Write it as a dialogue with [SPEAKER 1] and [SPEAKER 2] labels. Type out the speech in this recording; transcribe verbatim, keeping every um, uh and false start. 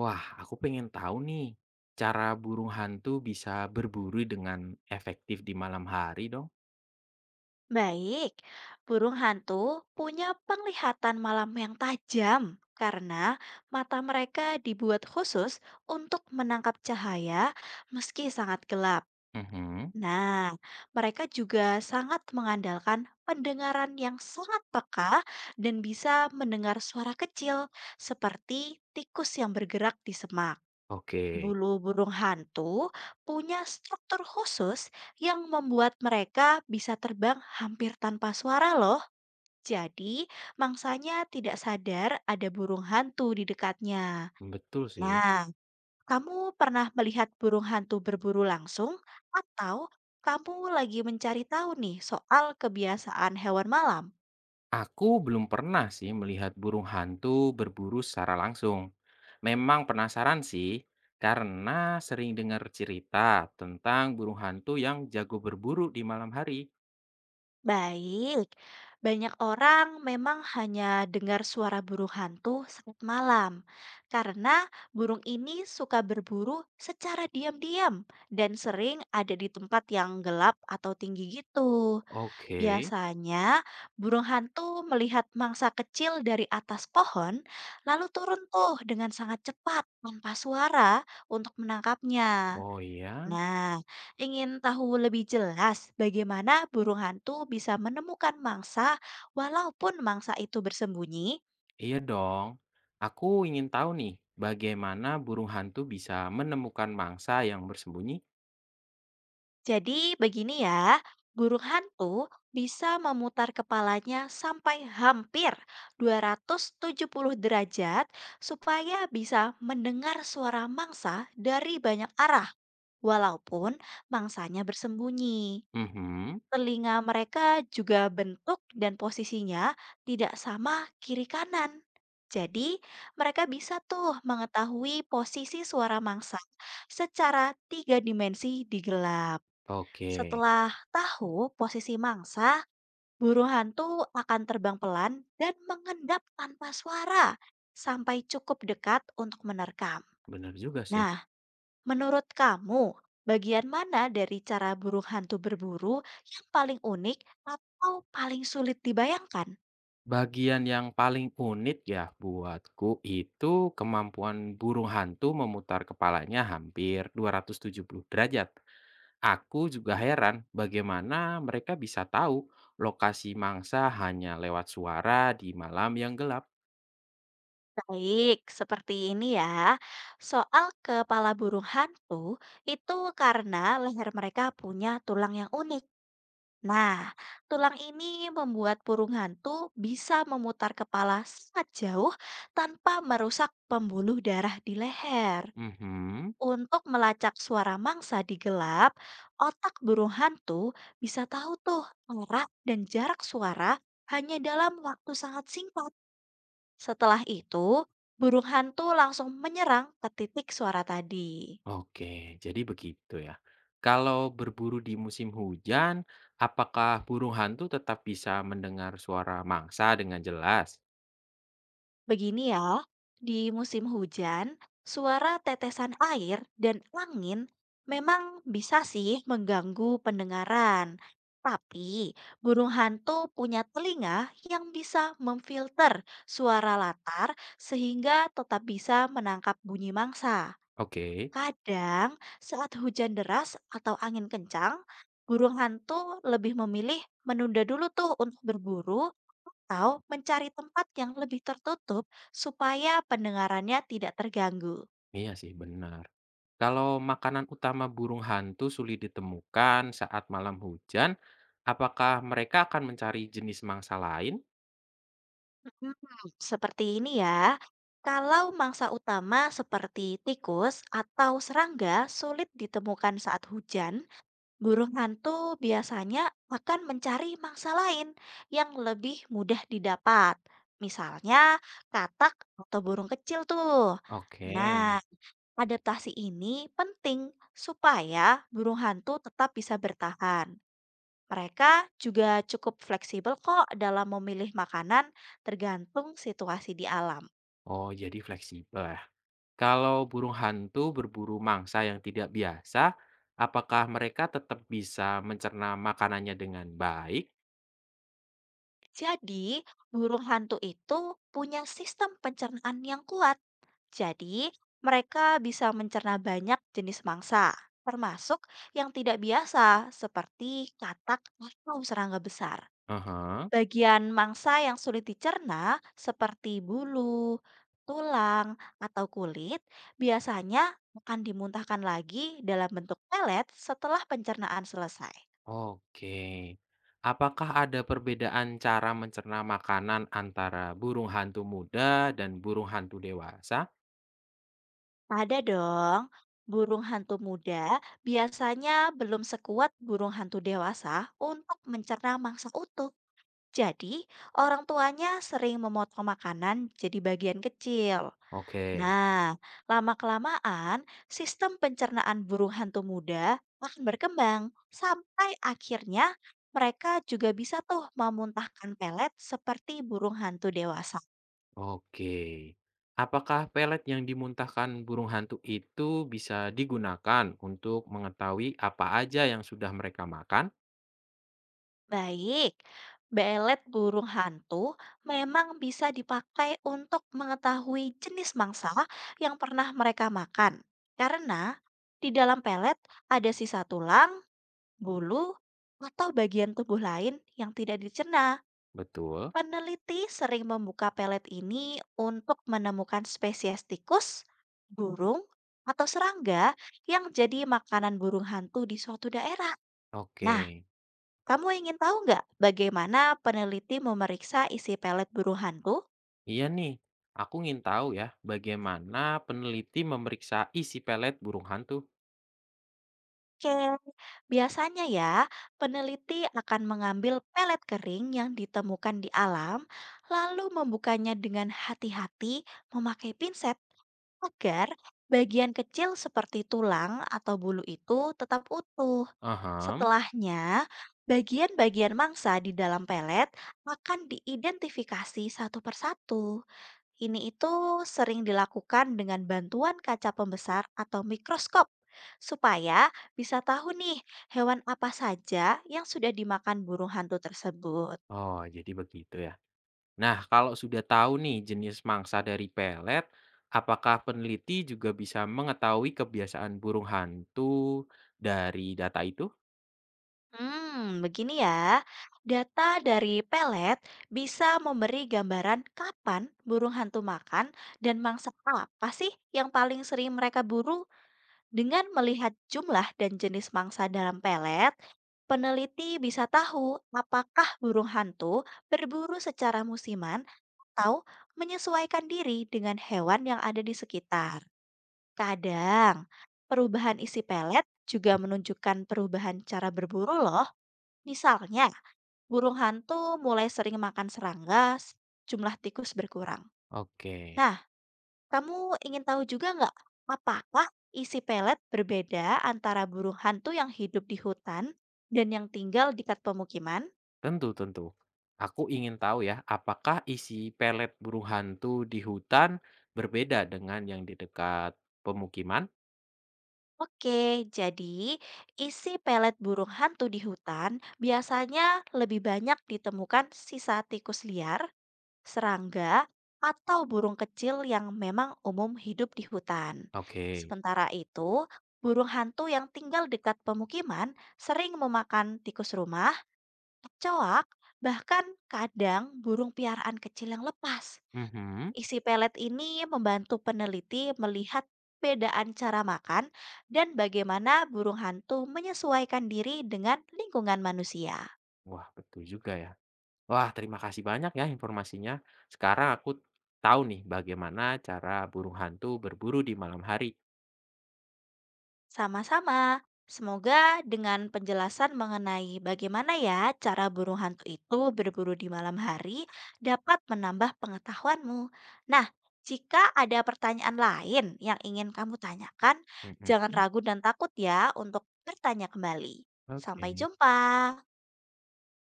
[SPEAKER 1] Wah, aku pengen tahu nih, cara burung hantu bisa berburu dengan efektif di malam hari dong?
[SPEAKER 2] Baik, burung hantu punya penglihatan malam yang tajam karena mata mereka dibuat khusus untuk menangkap cahaya meski sangat gelap.
[SPEAKER 1] Mhm.
[SPEAKER 2] Nah, mereka juga sangat mengandalkan pendengaran yang sangat peka dan bisa mendengar suara kecil seperti tikus yang bergerak di semak.
[SPEAKER 1] Oke,
[SPEAKER 2] Bulu burung hantu punya struktur khusus yang membuat mereka bisa terbang hampir tanpa suara loh. Jadi, mangsanya tidak sadar ada burung hantu di dekatnya.
[SPEAKER 1] betul sih.
[SPEAKER 2] Nah, kamu pernah melihat burung hantu berburu langsung atau kamu lagi mencari tahu nih soal kebiasaan hewan malam?
[SPEAKER 1] Aku belum pernah sih melihat burung hantu berburu secara langsung. Memang penasaran sih, karena sering dengar cerita tentang burung hantu yang jago berburu di malam hari.
[SPEAKER 2] Baik, banyak orang memang hanya dengar suara burung hantu saat malam karena burung ini suka berburu secara diam-diam dan sering ada di tempat yang gelap atau tinggi gitu.
[SPEAKER 1] Oke,
[SPEAKER 2] Biasanya, burung hantu melihat mangsa kecil dari atas pohon, lalu turun tuh dengan sangat cepat tanpa suara untuk menangkapnya.
[SPEAKER 1] oh iya,
[SPEAKER 2] Nah, ingin tahu lebih jelas bagaimana burung hantu bisa menemukan mangsa walaupun mangsa itu bersembunyi?
[SPEAKER 1] iya dong. Aku ingin tahu nih, bagaimana burung hantu bisa menemukan mangsa yang bersembunyi?
[SPEAKER 2] Jadi begini ya, burung hantu bisa memutar kepalanya sampai hampir dua ratus tujuh puluh derajat supaya bisa mendengar suara mangsa dari banyak arah walaupun mangsanya bersembunyi.
[SPEAKER 1] Mhm.
[SPEAKER 2] Telinga mereka juga bentuk dan posisinya tidak sama kiri kanan. Jadi, mereka bisa tuh mengetahui posisi suara mangsa secara tiga dimensi di gelap.
[SPEAKER 1] Oke,
[SPEAKER 2] Setelah tahu posisi mangsa, burung hantu akan terbang pelan dan mengendap tanpa suara sampai cukup dekat untuk menerkam.
[SPEAKER 1] benar juga sih.
[SPEAKER 2] Nah, menurut kamu, bagian mana dari cara burung hantu berburu yang paling unik atau paling sulit dibayangkan?
[SPEAKER 1] Bagian yang paling unik ya buatku itu kemampuan burung hantu memutar kepalanya hampir dua ratus tujuh puluh derajat. Aku juga heran bagaimana mereka bisa tahu lokasi mangsa hanya lewat suara di malam yang gelap.
[SPEAKER 2] Baik, seperti ini ya. Soal kepala burung hantu itu karena leher mereka punya tulang yang unik. Nah, tulang ini membuat burung hantu bisa memutar kepala sangat jauh tanpa merusak pembuluh darah di leher.
[SPEAKER 1] Mhm.
[SPEAKER 2] Untuk melacak suara mangsa di gelap, otak burung hantu bisa tahu tuh arah dan jarak suara hanya dalam waktu sangat singkat. Setelah itu, burung hantu langsung menyerang ke titik suara tadi.
[SPEAKER 1] Oke, jadi begitu ya. Kalau berburu di musim hujan, apakah burung hantu tetap bisa mendengar suara mangsa dengan jelas?
[SPEAKER 2] Begini ya, di musim hujan, suara tetesan air dan angin memang bisa sih mengganggu pendengaran. Tapi burung hantu punya telinga yang bisa memfilter suara latar sehingga tetap bisa menangkap bunyi mangsa.
[SPEAKER 1] Oke,
[SPEAKER 2] Kadang, saat hujan deras atau angin kencang, burung hantu lebih memilih menunda dulu tuh untuk berburu atau mencari tempat yang lebih tertutup supaya pendengarannya tidak terganggu.
[SPEAKER 1] iya sih benar. Kalau makanan utama burung hantu sulit ditemukan saat malam hujan, apakah mereka akan mencari jenis mangsa lain?
[SPEAKER 2] Hmm, Seperti ini ya. Kalau mangsa utama seperti tikus atau serangga sulit ditemukan saat hujan, burung hantu biasanya akan mencari mangsa lain yang lebih mudah didapat. Misalnya katak atau burung kecil tuh.
[SPEAKER 1] Oke.
[SPEAKER 2] Nah, adaptasi ini penting supaya burung hantu tetap bisa bertahan. Mereka juga cukup fleksibel kok dalam memilih makanan tergantung situasi di alam.
[SPEAKER 1] Oh, jadi fleksibel ya. Kalau burung hantu berburu mangsa yang tidak biasa, apakah mereka tetap bisa mencerna makanannya dengan baik?
[SPEAKER 2] Jadi, burung hantu itu punya sistem pencernaan yang kuat. Jadi, mereka bisa mencerna banyak jenis mangsa, termasuk yang tidak biasa seperti katak atau serangga besar.
[SPEAKER 1] Aha.
[SPEAKER 2] Bagian mangsa yang sulit dicerna seperti bulu, tulang, atau kulit biasanya akan dimuntahkan lagi dalam bentuk pelet setelah pencernaan selesai.
[SPEAKER 1] Oke. Apakah ada perbedaan cara mencerna makanan antara burung hantu muda dan burung hantu dewasa?
[SPEAKER 2] Ada dong. Burung hantu muda biasanya belum sekuat burung hantu dewasa untuk mencerna mangsa utuh. Jadi, orang tuanya sering memotong makanan jadi bagian kecil.
[SPEAKER 1] Oke.
[SPEAKER 2] Nah, lama-kelamaan sistem pencernaan burung hantu muda akan berkembang sampai akhirnya mereka juga bisa tuh memuntahkan pelet seperti burung hantu dewasa.
[SPEAKER 1] Oke. Apakah pelet yang dimuntahkan burung hantu itu bisa digunakan untuk mengetahui apa aja yang sudah mereka makan?
[SPEAKER 2] Baik, belet burung hantu memang bisa dipakai untuk mengetahui jenis mangsa yang pernah mereka makan. Karena di dalam pelet ada sisa tulang, bulu, atau bagian tubuh lain yang tidak dicerna.
[SPEAKER 1] Betul.
[SPEAKER 2] Peneliti sering membuka pelet ini untuk menemukan spesies tikus, burung, atau serangga yang jadi makanan burung hantu di suatu daerah.
[SPEAKER 1] Oke,
[SPEAKER 2] Nah, kamu ingin tahu nggak bagaimana peneliti memeriksa isi pelet burung hantu?
[SPEAKER 1] iya nih. Aku ingin tahu ya, bagaimana peneliti memeriksa isi pelet burung hantu.
[SPEAKER 2] Oke, biasanya ya peneliti akan mengambil pelet kering yang ditemukan di alam, lalu membukanya dengan hati-hati memakai pinset agar bagian kecil seperti tulang atau bulu itu tetap utuh.
[SPEAKER 1] Aham.
[SPEAKER 2] Setelahnya, bagian-bagian mangsa di dalam pelet akan diidentifikasi satu persatu. Ini itu sering dilakukan dengan bantuan kaca pembesar atau mikroskop, supaya bisa tahu nih hewan apa saja yang sudah dimakan burung hantu tersebut.
[SPEAKER 1] Oh, jadi begitu ya. Nah, kalau sudah tahu nih jenis mangsa dari pelet, apakah peneliti juga bisa mengetahui kebiasaan burung hantu dari data itu?
[SPEAKER 2] Hmm, begini ya. Data dari pelet bisa memberi gambaran kapan burung hantu makan dan mangsa apa sih yang paling sering mereka buru. Dengan melihat jumlah dan jenis mangsa dalam pelet, peneliti bisa tahu apakah burung hantu berburu secara musiman atau menyesuaikan diri dengan hewan yang ada di sekitar. Kadang, perubahan isi pelet juga menunjukkan perubahan cara berburu loh. Misalnya, burung hantu mulai sering makan serangga, s- jumlah tikus berkurang.
[SPEAKER 1] Oke,
[SPEAKER 2] Nah, kamu ingin tahu juga nggak, apakah isi pelet berbeda antara burung hantu yang hidup di hutan dan yang tinggal di dekat pemukiman?
[SPEAKER 1] tentu tentu. Aku ingin tahu ya, apakah isi pelet burung hantu di hutan berbeda dengan yang di dekat pemukiman?
[SPEAKER 2] Oke, jadi isi pelet burung hantu di hutan biasanya lebih banyak ditemukan sisa tikus liar, serangga, atau burung kecil yang memang umum hidup di hutan.
[SPEAKER 1] Oke.
[SPEAKER 2] Sementara itu, burung hantu yang tinggal dekat pemukiman sering memakan tikus rumah, kecoak, bahkan kadang burung piaraan kecil yang lepas.
[SPEAKER 1] Mhm.
[SPEAKER 2] Isi pelet ini membantu peneliti melihat perbedaan cara makan dan bagaimana burung hantu menyesuaikan diri dengan lingkungan manusia.
[SPEAKER 1] Wah, betul juga ya. Wah, terima kasih banyak ya informasinya. Sekarang aku tahu nih bagaimana cara burung hantu berburu di malam hari.
[SPEAKER 2] Sama-sama. Semoga dengan penjelasan mengenai bagaimana ya cara burung hantu itu berburu di malam hari dapat menambah pengetahuanmu. Nah, jika ada pertanyaan lain yang ingin kamu tanyakan,
[SPEAKER 1] Mhm.
[SPEAKER 2] jangan ragu dan takut ya untuk bertanya kembali. Sampai
[SPEAKER 1] Oke.
[SPEAKER 2] jumpa.